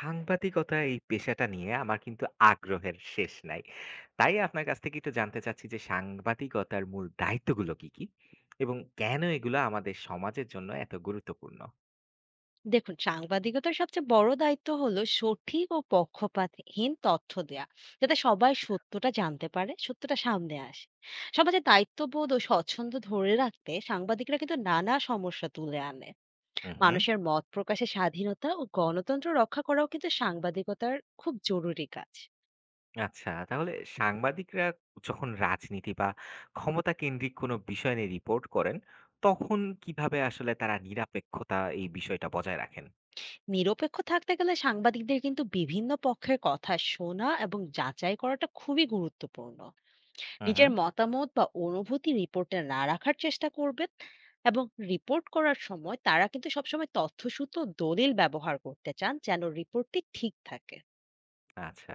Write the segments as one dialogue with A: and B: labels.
A: সাংবাদিকতা এই পেশাটা নিয়ে আমার কিন্তু আগ্রহের শেষ নাই। তাই আপনার কাছ থেকে একটু জানতে চাচ্ছি যে সাংবাদিকতার মূল দায়িত্বগুলো কি? এবং কেন এগুলো আমাদের সমাজের জন্য এত গুরুত্বপূর্ণ?
B: দেখুন, সাংবাদিকতার সবচেয়ে বড় দায়িত্ব হলো সঠিক ও পক্ষপাতহীন তথ্য দেয়া, যাতে সবাই সত্যটা জানতে পারে, সত্যটা সামনে আসে। সমাজে দায়িত্ববোধ ও স্বচ্ছন্দ ধরে রাখতে সাংবাদিকরা কিন্তু নানা সমস্যা তুলে আনে।
A: হু, হু।
B: মানুষের মত প্রকাশের স্বাধীনতা ও গণতন্ত্র রক্ষা করাও কিন্তু সাংবাদিকতার খুব জরুরি কাজ।
A: আচ্ছা, তাহলে সাংবাদিকরা যখন রাজনীতি বা ক্ষমতা কেন্দ্রিক কোনো বিষয় নিয়ে রিপোর্ট করেন, তখন কিভাবে আসলে তারা নিরপেক্ষতা এই বিষয়টা বজায় রাখেন?
B: নিরপেক্ষ থাকতে গেলে সাংবাদিকদের কিন্তু বিভিন্ন পক্ষের কথা শোনা এবং যাচাই করাটা খুবই গুরুত্বপূর্ণ।
A: হু, হু।
B: নিজের মতামত বা অনুভূতি রিপোর্টে না রাখার চেষ্টা করবেন, এবং রিপোর্ট করার সময় তারা কিন্তু সবসময় তথ্যসূত্র ও দলিল ব্যবহার করতে চান যেন রিপোর্টটি ঠিক থাকে।
A: আচ্ছা।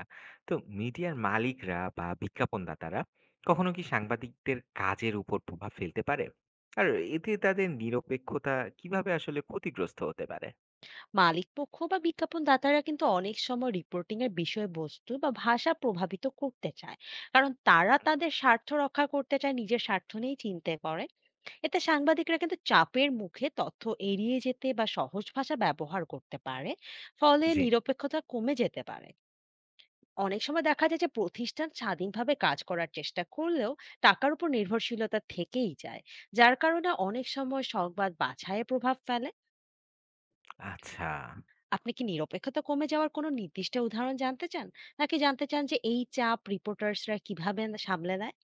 A: তো মিডিয়ার মালিকরা বা বিজ্ঞাপনদাতারা কখনো কি সাংবাদিকদের কাজের উপর প্রভাব ফেলতে পারে? আর এতে তাদের নিরপেক্ষতা কিভাবে আসলে ক্ষতিগ্রস্ত হতে পারে?
B: মালিক পক্ষ বা বিজ্ঞাপন দাতারা কিন্তু অনেক সময় রিপোর্টিং এর বিষয়বস্তু বা ভাষা প্রভাবিত করতে চায়, কারণ তারা তাদের স্বার্থ রক্ষা করতে চায়, নিজের স্বার্থ নিয়েই চিনতে করে। এতে সাংবাদিকরা কিন্তু চাপের মুখে তথ্য এড়িয়ে যেতে বা সহজ ভাষা ব্যবহার করতে পারে, ফলে
A: জি,
B: নিরপেক্ষতা কমে যেতে পারে। অনেক সময় দেখা যায় যে প্রতিষ্ঠান স্বাধীনভাবে কাজ করার চেষ্টা করলেও টাকার উপর নির্ভরশীলতা থেকেই যায়, যার কারণে অনেক সময় সংবাদ বাছাইয়ে প্রভাব ফেলে।
A: আচ্ছা।
B: আপনি কি নিরপেক্ষতা কমে যাওয়ার কোনো নির্দিষ্ট উদাহরণ জানতে চান, নাকি জানতে চান যে এই চাপ রিপোর্টার্সরা কিভাবে সামলে নেয়?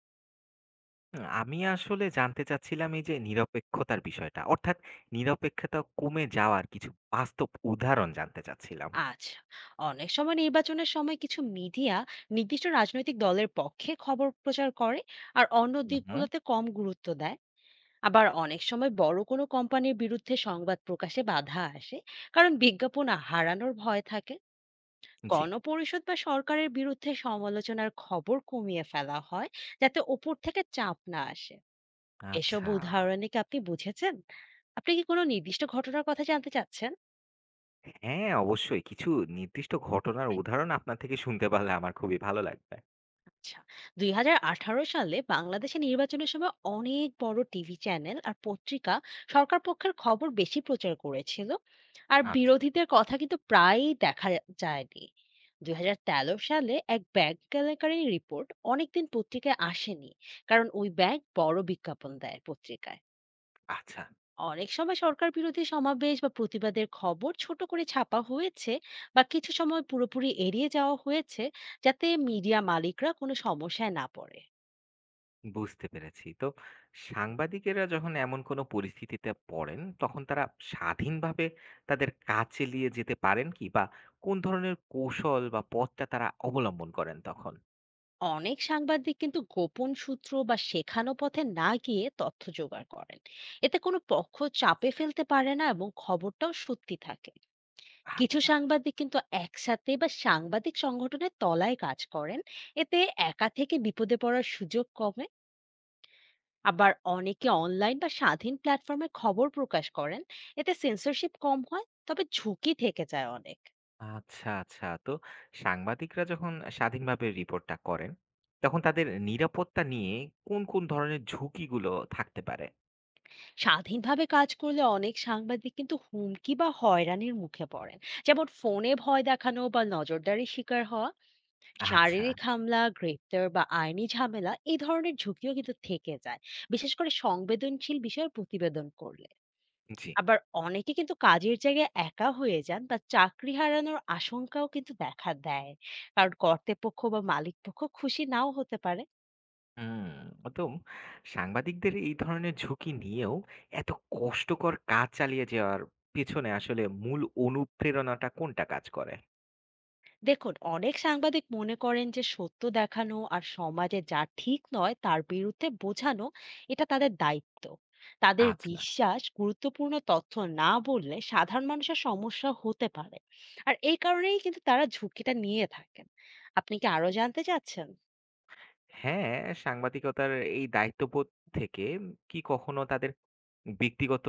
A: আমি আসলে জানতে চাচ্ছিলাম এই যে নিরপেক্ষতার বিষয়টা। অর্থাৎ নিরপেক্ষতা কমে যাওয়ার কিছু বাস্তব উদাহরণ জানতে চাচ্ছিলাম।
B: আচ্ছা, অনেক সময় নির্বাচনের সময় কিছু মিডিয়া নির্দিষ্ট রাজনৈতিক দলের পক্ষে খবর প্রচার করে, আর অন্য
A: হুম, হুম।
B: দিকগুলোতে কম গুরুত্ব দেয়। আবার অনেক সময় বড় কোনো কোম্পানির বিরুদ্ধে সংবাদ প্রকাশে বাধা আসে, কারণ বিজ্ঞাপন হারানোর ভয় থাকে।
A: জি,
B: গণপরিষদ বা সরকারের বিরুদ্ধে সমালোচনার খবর কমিয়ে ফেলা হয়, যাতে ওপর থেকে চাপ না আসে। এসব
A: আচ্ছা।
B: উদাহরণে কি আপনি বুঝেছেন? আপনি কি কোনো নির্দিষ্ট ঘটনার কথা জানতে চাচ্ছেন?
A: হ্যাঁ, অবশ্যই কিছু নির্দিষ্ট ঘটনার উদাহরণ আপনার থেকে শুনতে পারলে আমার খুবই ভালো লাগবে।
B: আচ্ছা, ২০১৮ সালে বাংলাদেশে নির্বাচনের সময় অনেক বড় টিভি চ্যানেল আর পত্রিকা সরকার পক্ষের খবর বেশি প্রচার করেছিল, আর
A: আচ্ছা,
B: বিরোধীদের কথা কিন্তু প্রায়ই দেখা যায়নি। ২০১৩ সালে এক ব্যাংক কেলেঙ্কারি রিপোর্ট অনেকদিন পত্রিকায় আসেনি, কারণ ওই ব্যাংক বড় বিজ্ঞাপন দেয় পত্রিকায়।
A: আচ্ছা।
B: অনেক সময় সরকার বিরোধী সমাবেশ বা প্রতিবাদের খবর ছোট করে ছাপা হয়েছে, বা কিছু সময় পুরোপুরি এড়িয়ে যাওয়া হয়েছে, যাতে মিডিয়া মালিকরা কোনো সমস্যায় না পড়ে।
A: বুঝতে পেরেছি। তো সাংবাদিকেরা যখন এমন কোনো পরিস্থিতিতে পড়েন, তখন তারা স্বাধীনভাবে তাদের কাজ চালিয়ে যেতে পারেন কি? বা কোন ধরনের কৌশল বা পথটা তারা অবলম্বন করেন তখন?
B: অনেক সাংবাদিক কিন্তু গোপন সূত্র বা শেখানো পথে না গিয়ে তথ্য জোগাড় করেন, এতে কোনো পক্ষ চাপে ফেলতে পারে না এবং খবরটাও সত্যি থাকে। কিছু
A: আচ্ছা।
B: সাংবাদিক কিন্তু একসাথে বা সাংবাদিক সংগঠনের তলায় কাজ করেন, এতে একা থেকে বিপদে পড়ার সুযোগ কমে। আবার অনেকে অনলাইন বা স্বাধীন প্ল্যাটফর্মে খবর প্রকাশ করেন, এতে সেন্সরশিপ কম হয়, তবে ঝুঁকি থেকে যায় অনেক।
A: আচ্ছা, আচ্ছা। তো সাংবাদিকরা যখন স্বাধীনভাবে রিপোর্টটা করেন, তখন তাদের নিরাপত্তা নিয়ে কোন ধরনের ঝুঁকিগুলো থাকতে পারে?
B: স্বাধীনভাবে কাজ করলে অনেক সাংবাদিক কিন্তু হুমকি বা হয়রানির মুখে পড়েন, যেমন ফোনে ভয় দেখানো বা নজরদারির শিকার হওয়া।
A: আচ্ছা,
B: শারীরিক হামলা, গ্রেপ্তার বা আইনি ঝামেলা এই ধরনের ঝুঁকিও কিন্তু থেকে যায়, বিশেষ করে সংবেদনশীল বিষয়ে প্রতিবেদন করলে।
A: জি।
B: আবার অনেকে কিন্তু কাজের জায়গায় একা হয়ে যান বা চাকরি হারানোর আশঙ্কাও কিন্তু দেখা দেয়, কারণ কর্তৃপক্ষ বা মালিক পক্ষ খুশি নাও হতে পারে।
A: হুম, একদম সাংবাদিকদের এই ধরনের ঝুঁকি নিয়েও এত কষ্টকর কাজ চালিয়ে যাওয়ার পেছনে আসলে মূল অনুপ্রেরণাটা কোনটা কাজ করে?
B: দেখুন, অনেক সাংবাদিক মনে করেন যে সত্য দেখানো আর সমাজে যা ঠিক নয় তার বিরুদ্ধে বোঝানো এটা তাদের দায়িত্ব। তাদের
A: আচ্ছা,
B: বিশ্বাস, গুরুত্বপূর্ণ তথ্য না বললে সাধারণ মানুষের সমস্যা হতে পারে, আর এই কারণেই কিন্তু তারা ঝুঁকিটা নিয়ে থাকেন। আপনি কি আরো জানতে চাচ্ছেন?
A: হ্যাঁ, সাংবাদিকতার এই দায়িত্ববোধ থেকে কি কখনো তাদের ব্যক্তিগত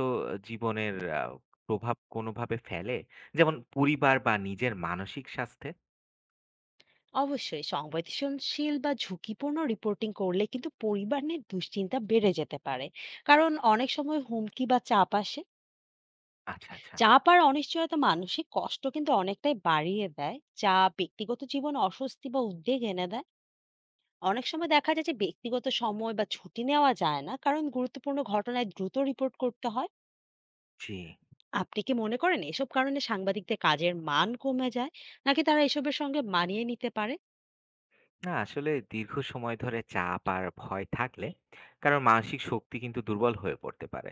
A: জীবনের আ প্রভাব কোনোভাবে ফেলে? যেমন পরিবার বা নিজের মানসিক স্বাস্থ্যে?
B: অবশ্যই সংবেদনশীল বা ঝুঁকিপূর্ণ রিপোর্টিং করলে কিন্তু পরিবার নিয়ে দুশ্চিন্তা বেড়ে যেতে পারে, কারণ অনেক সময় হুমকি বা চাপ আসে।
A: আচ্ছা, আচ্ছা।
B: চাপ আর অনিশ্চয়তা মানসিক কষ্ট কিন্তু অনেকটাই বাড়িয়ে দেয়, যা ব্যক্তিগত জীবন অস্বস্তি বা উদ্বেগ এনে দেয়। অনেক সময় দেখা যায় যে ব্যক্তিগত সময় বা ছুটি নেওয়া যায় না, কারণ গুরুত্বপূর্ণ ঘটনায় দ্রুত রিপোর্ট করতে হয়।
A: জি।
B: আপনি কি মনে করেন এসব কারণে সাংবাদিকদের কাজের মান কমে যায়, নাকি তারা এসবের সঙ্গে মানিয়ে নিতে পারে?
A: না আসলে দীর্ঘ সময় ধরে চাপ আর ভয় থাকলে, কারণ মানসিক শক্তি কিন্তু দুর্বল হয়ে পড়তে পারে।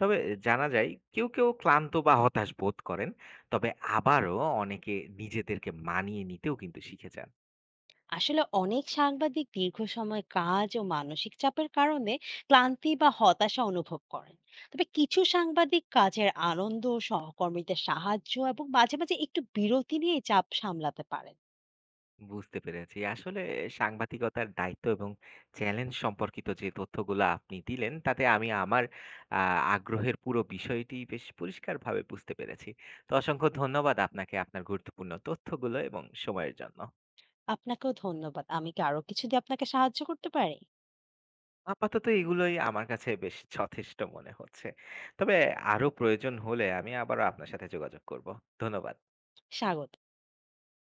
A: তবে জানা যায় কেউ কেউ ক্লান্ত বা হতাশ বোধ করেন, তবে আবারও অনেকে নিজেদেরকে মানিয়ে নিতেও কিন্তু শিখে যান।
B: আসলে অনেক সাংবাদিক দীর্ঘ সময় কাজ ও মানসিক চাপের কারণে ক্লান্তি বা হতাশা অনুভব করেন। তবে কিছু সাংবাদিক কাজের আনন্দ, সহকর্মীদের সাহায্য এবং মাঝে মাঝে একটু বিরতি নিয়ে চাপ সামলাতে পারেন।
A: বুঝতে পেরেছি আসলে সাংবাদিকতার দায়িত্ব এবং চ্যালেঞ্জ সম্পর্কিত যে তথ্যগুলো আপনি দিলেন তাতে আমি আমার আগ্রহের পুরো বিষয়টি বেশ পরিষ্কারভাবে বুঝতে পেরেছি। তো অসংখ্য ধন্যবাদ আপনাকে আপনার গুরুত্বপূর্ণ তথ্যগুলো এবং সময়ের জন্য।
B: আপনাকেও ধন্যবাদ। আমি কি আরো কিছু দিয়ে আপনাকে সাহায্য করতে পারি?
A: আপাতত এগুলোই আমার কাছে বেশ যথেষ্ট মনে হচ্ছে। তবে আরো প্রয়োজন হলে আমি আবারও আপনার সাথে যোগাযোগ করব। ধন্যবাদ।
B: স্বাগত।